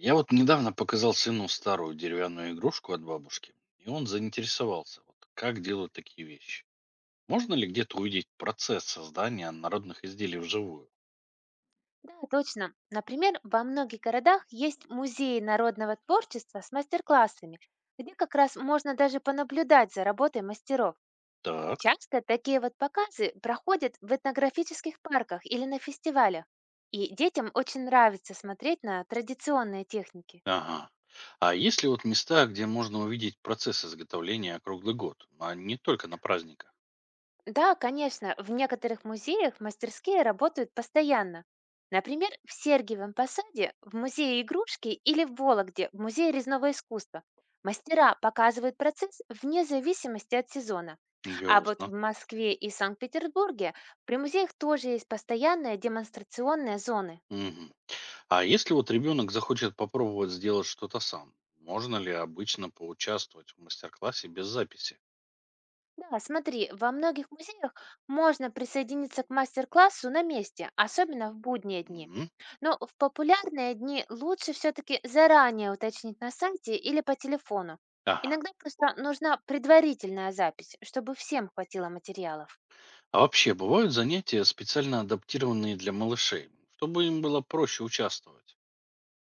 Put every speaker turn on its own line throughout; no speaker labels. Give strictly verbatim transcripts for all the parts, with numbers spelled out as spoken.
Я вот недавно показал сыну старую деревянную игрушку от бабушки, и он заинтересовался, вот, как делают такие вещи. Можно ли где-то увидеть процесс создания народных изделий вживую?
Да, точно. Например, во многих городах есть музеи народного творчества с мастер-классами, где как раз можно даже понаблюдать за работой мастеров.
Так,
Часто такие вот показы проходят в этнографических парках или на фестивалях, и детям очень нравится смотреть на традиционные техники.
ага. А есть ли вот места, где можно увидеть процесс изготовления круглый год, а не только на праздниках?
Да, конечно, в некоторых музеях мастерские работают постоянно. Например, в Сергиевом Посаде, в музее игрушки или в Вологде, в музее резного искусства. Мастера показывают процесс вне зависимости от сезона. А вот
Ясно.
в Москве и Санкт-Петербурге при музеях тоже есть постоянные демонстрационные зоны.
Мгм. А если вот ребенок захочет попробовать сделать что-то сам, можно ли обычно поучаствовать в мастер-классе без записи?
Да, смотри, во многих музеях можно присоединиться к мастер-классу на месте, особенно в будние дни.
Мгм.
Но в популярные дни лучше все-таки заранее уточнить на сайте или по телефону.
Ага.
Иногда просто нужна предварительная запись, чтобы всем хватило материалов.
А вообще, бывают занятия, специально адаптированные для малышей, чтобы им было проще участвовать?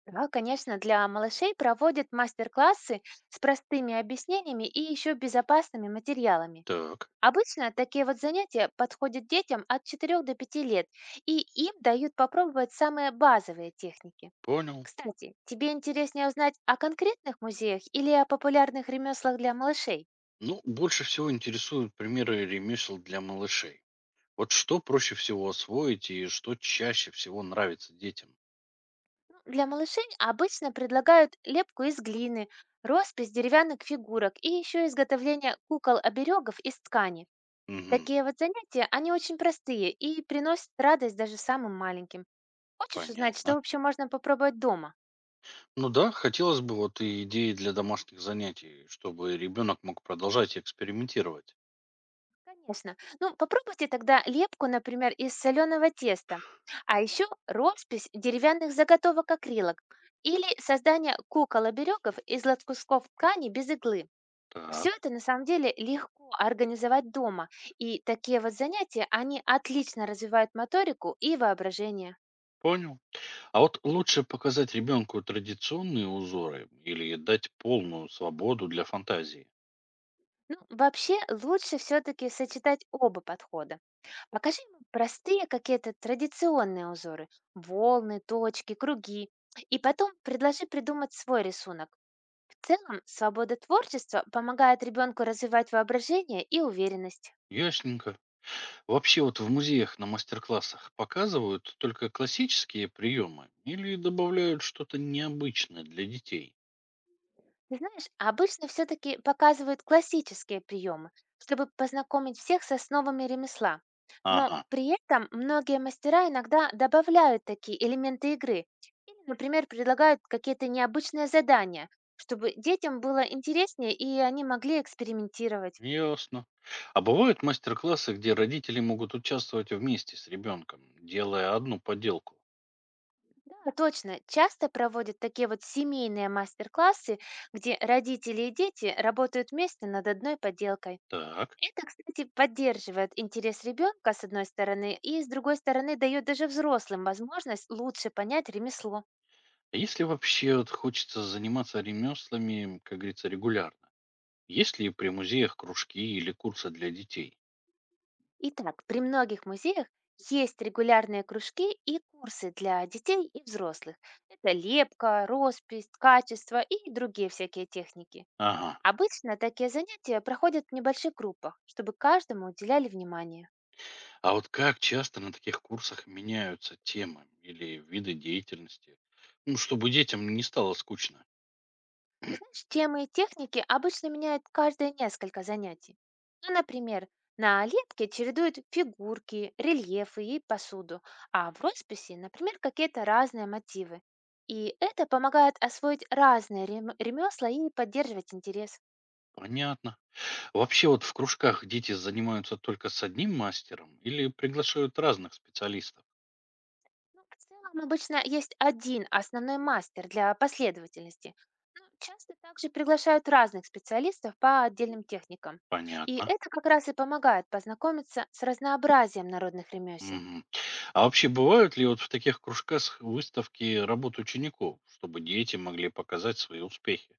Да, конечно, для малышей проводят мастер-классы с простыми объяснениями и еще безопасными материалами.
Так,
Обычно такие вот занятия подходят детям от четырёх до пяти лет, и им дают попробовать самые базовые техники.
понял.
Кстати, тебе интереснее узнать о конкретных музеях или о популярных ремеслах для малышей?
Ну, больше всего интересуют примеры ремесел для малышей. Вот что проще всего освоить и что чаще всего нравится детям?
Ну, для малышей обычно предлагают лепку из глины, роспись деревянных фигурок и еще изготовление кукол-оберегов из ткани.
Мгм,
Такие вот занятия, они очень простые и приносят радость даже самым маленьким. Хочешь узнать,
понятно.
что вообще можно попробовать дома?
Ну да, хотелось бы вот и идеи для домашних занятий, чтобы ребенок мог продолжать экспериментировать.
Конечно. Ну, попробуйте тогда лепку, например, из соленого теста, а еще роспись деревянных заготовок акрилок или создание кукол оберегов из лоткусков ткани без иглы. Все
Так,
это на самом деле легко организовать дома, и такие вот занятия, они отлично развивают моторику и воображение.
понял. А вот лучше показать ребенку традиционные узоры или дать полную свободу для фантазии?
Ну, вообще лучше все-таки сочетать оба подхода. Покажи ему простые какие-то традиционные узоры, волны, точки, круги, и потом предложи придумать свой рисунок. В целом, свобода творчества помогает ребенку развивать воображение и уверенность.
Ясненько. Вообще вот в музеях на мастер-классах показывают только классические приемы или добавляют что-то необычное для детей?
Ты знаешь, обычно все-таки показывают классические приемы, чтобы познакомить всех с основами ремесла. Но
Ага,
при этом многие мастера иногда добавляют такие элементы игры. Или, например, предлагают какие-то необычные задания, чтобы детям было интереснее и они могли экспериментировать.
ясно. А бывают мастер-классы, где родители могут участвовать вместе с ребенком, делая одну поделку?
Да, точно. Часто проводят такие вот семейные мастер-классы, где родители и дети работают вместе над одной поделкой.
Так.
Это, кстати, поддерживает интерес ребенка, с одной стороны, и, с другой стороны, дает даже взрослым возможность лучше понять ремесло.
А если вообще вот хочется заниматься ремеслами, как говорится, регулярно? Есть ли при музеях кружки или курсы для детей?
Итак, при многих музеях есть регулярные кружки и курсы для детей и взрослых. Это лепка, роспись, качество и другие всякие техники.
Ага.
Обычно такие занятия проходят в небольших группах, чтобы каждому уделяли внимание.
А вот как часто на таких курсах меняются темы или виды деятельности? Ну, чтобы детям не стало скучно.
Ты знаешь, темы и техники обычно меняют каждые несколько занятий. Ну, например, на лепке чередуют фигурки, рельефы и посуду, а в росписи, например, какие-то разные мотивы. И это помогает освоить разные рем- ремесла и поддерживать интерес.
Понятно. Вообще вот в кружках дети занимаются только с одним мастером или приглашают разных специалистов?
Ну, в целом обычно есть один основной мастер для последовательности. Но часто также приглашают разных специалистов по отдельным техникам. И
Понятно.
это как раз и помогает познакомиться с разнообразием народных ремесел.
Мгм. А вообще бывают ли вот в таких кружках выставки работ учеников, чтобы дети могли показать свои успехи?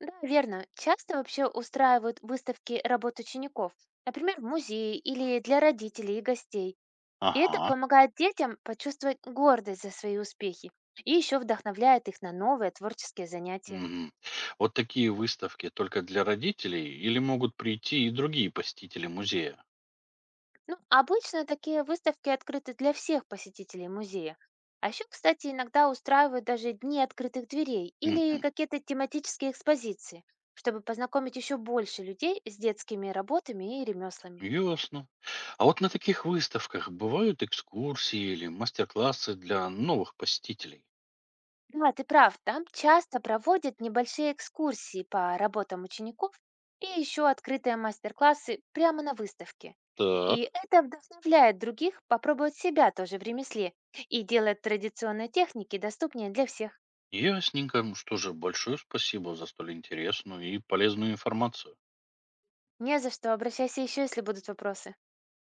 Да, верно. Часто вообще устраивают выставки работ учеников, например, в музее или для родителей и гостей. И это
Ага.
помогает детям почувствовать гордость за свои успехи и еще вдохновляет их на новые творческие занятия.
Мгм. Вот такие выставки только для родителей или могут прийти и другие посетители музея?
Ну, обычно такие выставки открыты для всех посетителей музея. А еще, кстати, иногда устраивают даже дни открытых дверей или
Мгм.
какие-то тематические экспозиции, чтобы познакомить еще больше людей с детскими работами и ремеслами.
Ясно. А вот на таких выставках бывают экскурсии или мастер-классы для новых посетителей?
Да, ты прав, там часто проводят небольшие экскурсии по работам учеников и еще открытые мастер-классы прямо на выставке.
Так.
И это вдохновляет других попробовать себя тоже в ремесле и делает традиционные техники доступнее для всех.
Ясненько. Ну что же, большое спасибо за столь интересную и полезную информацию.
Не за что, обращайся еще, если будут вопросы.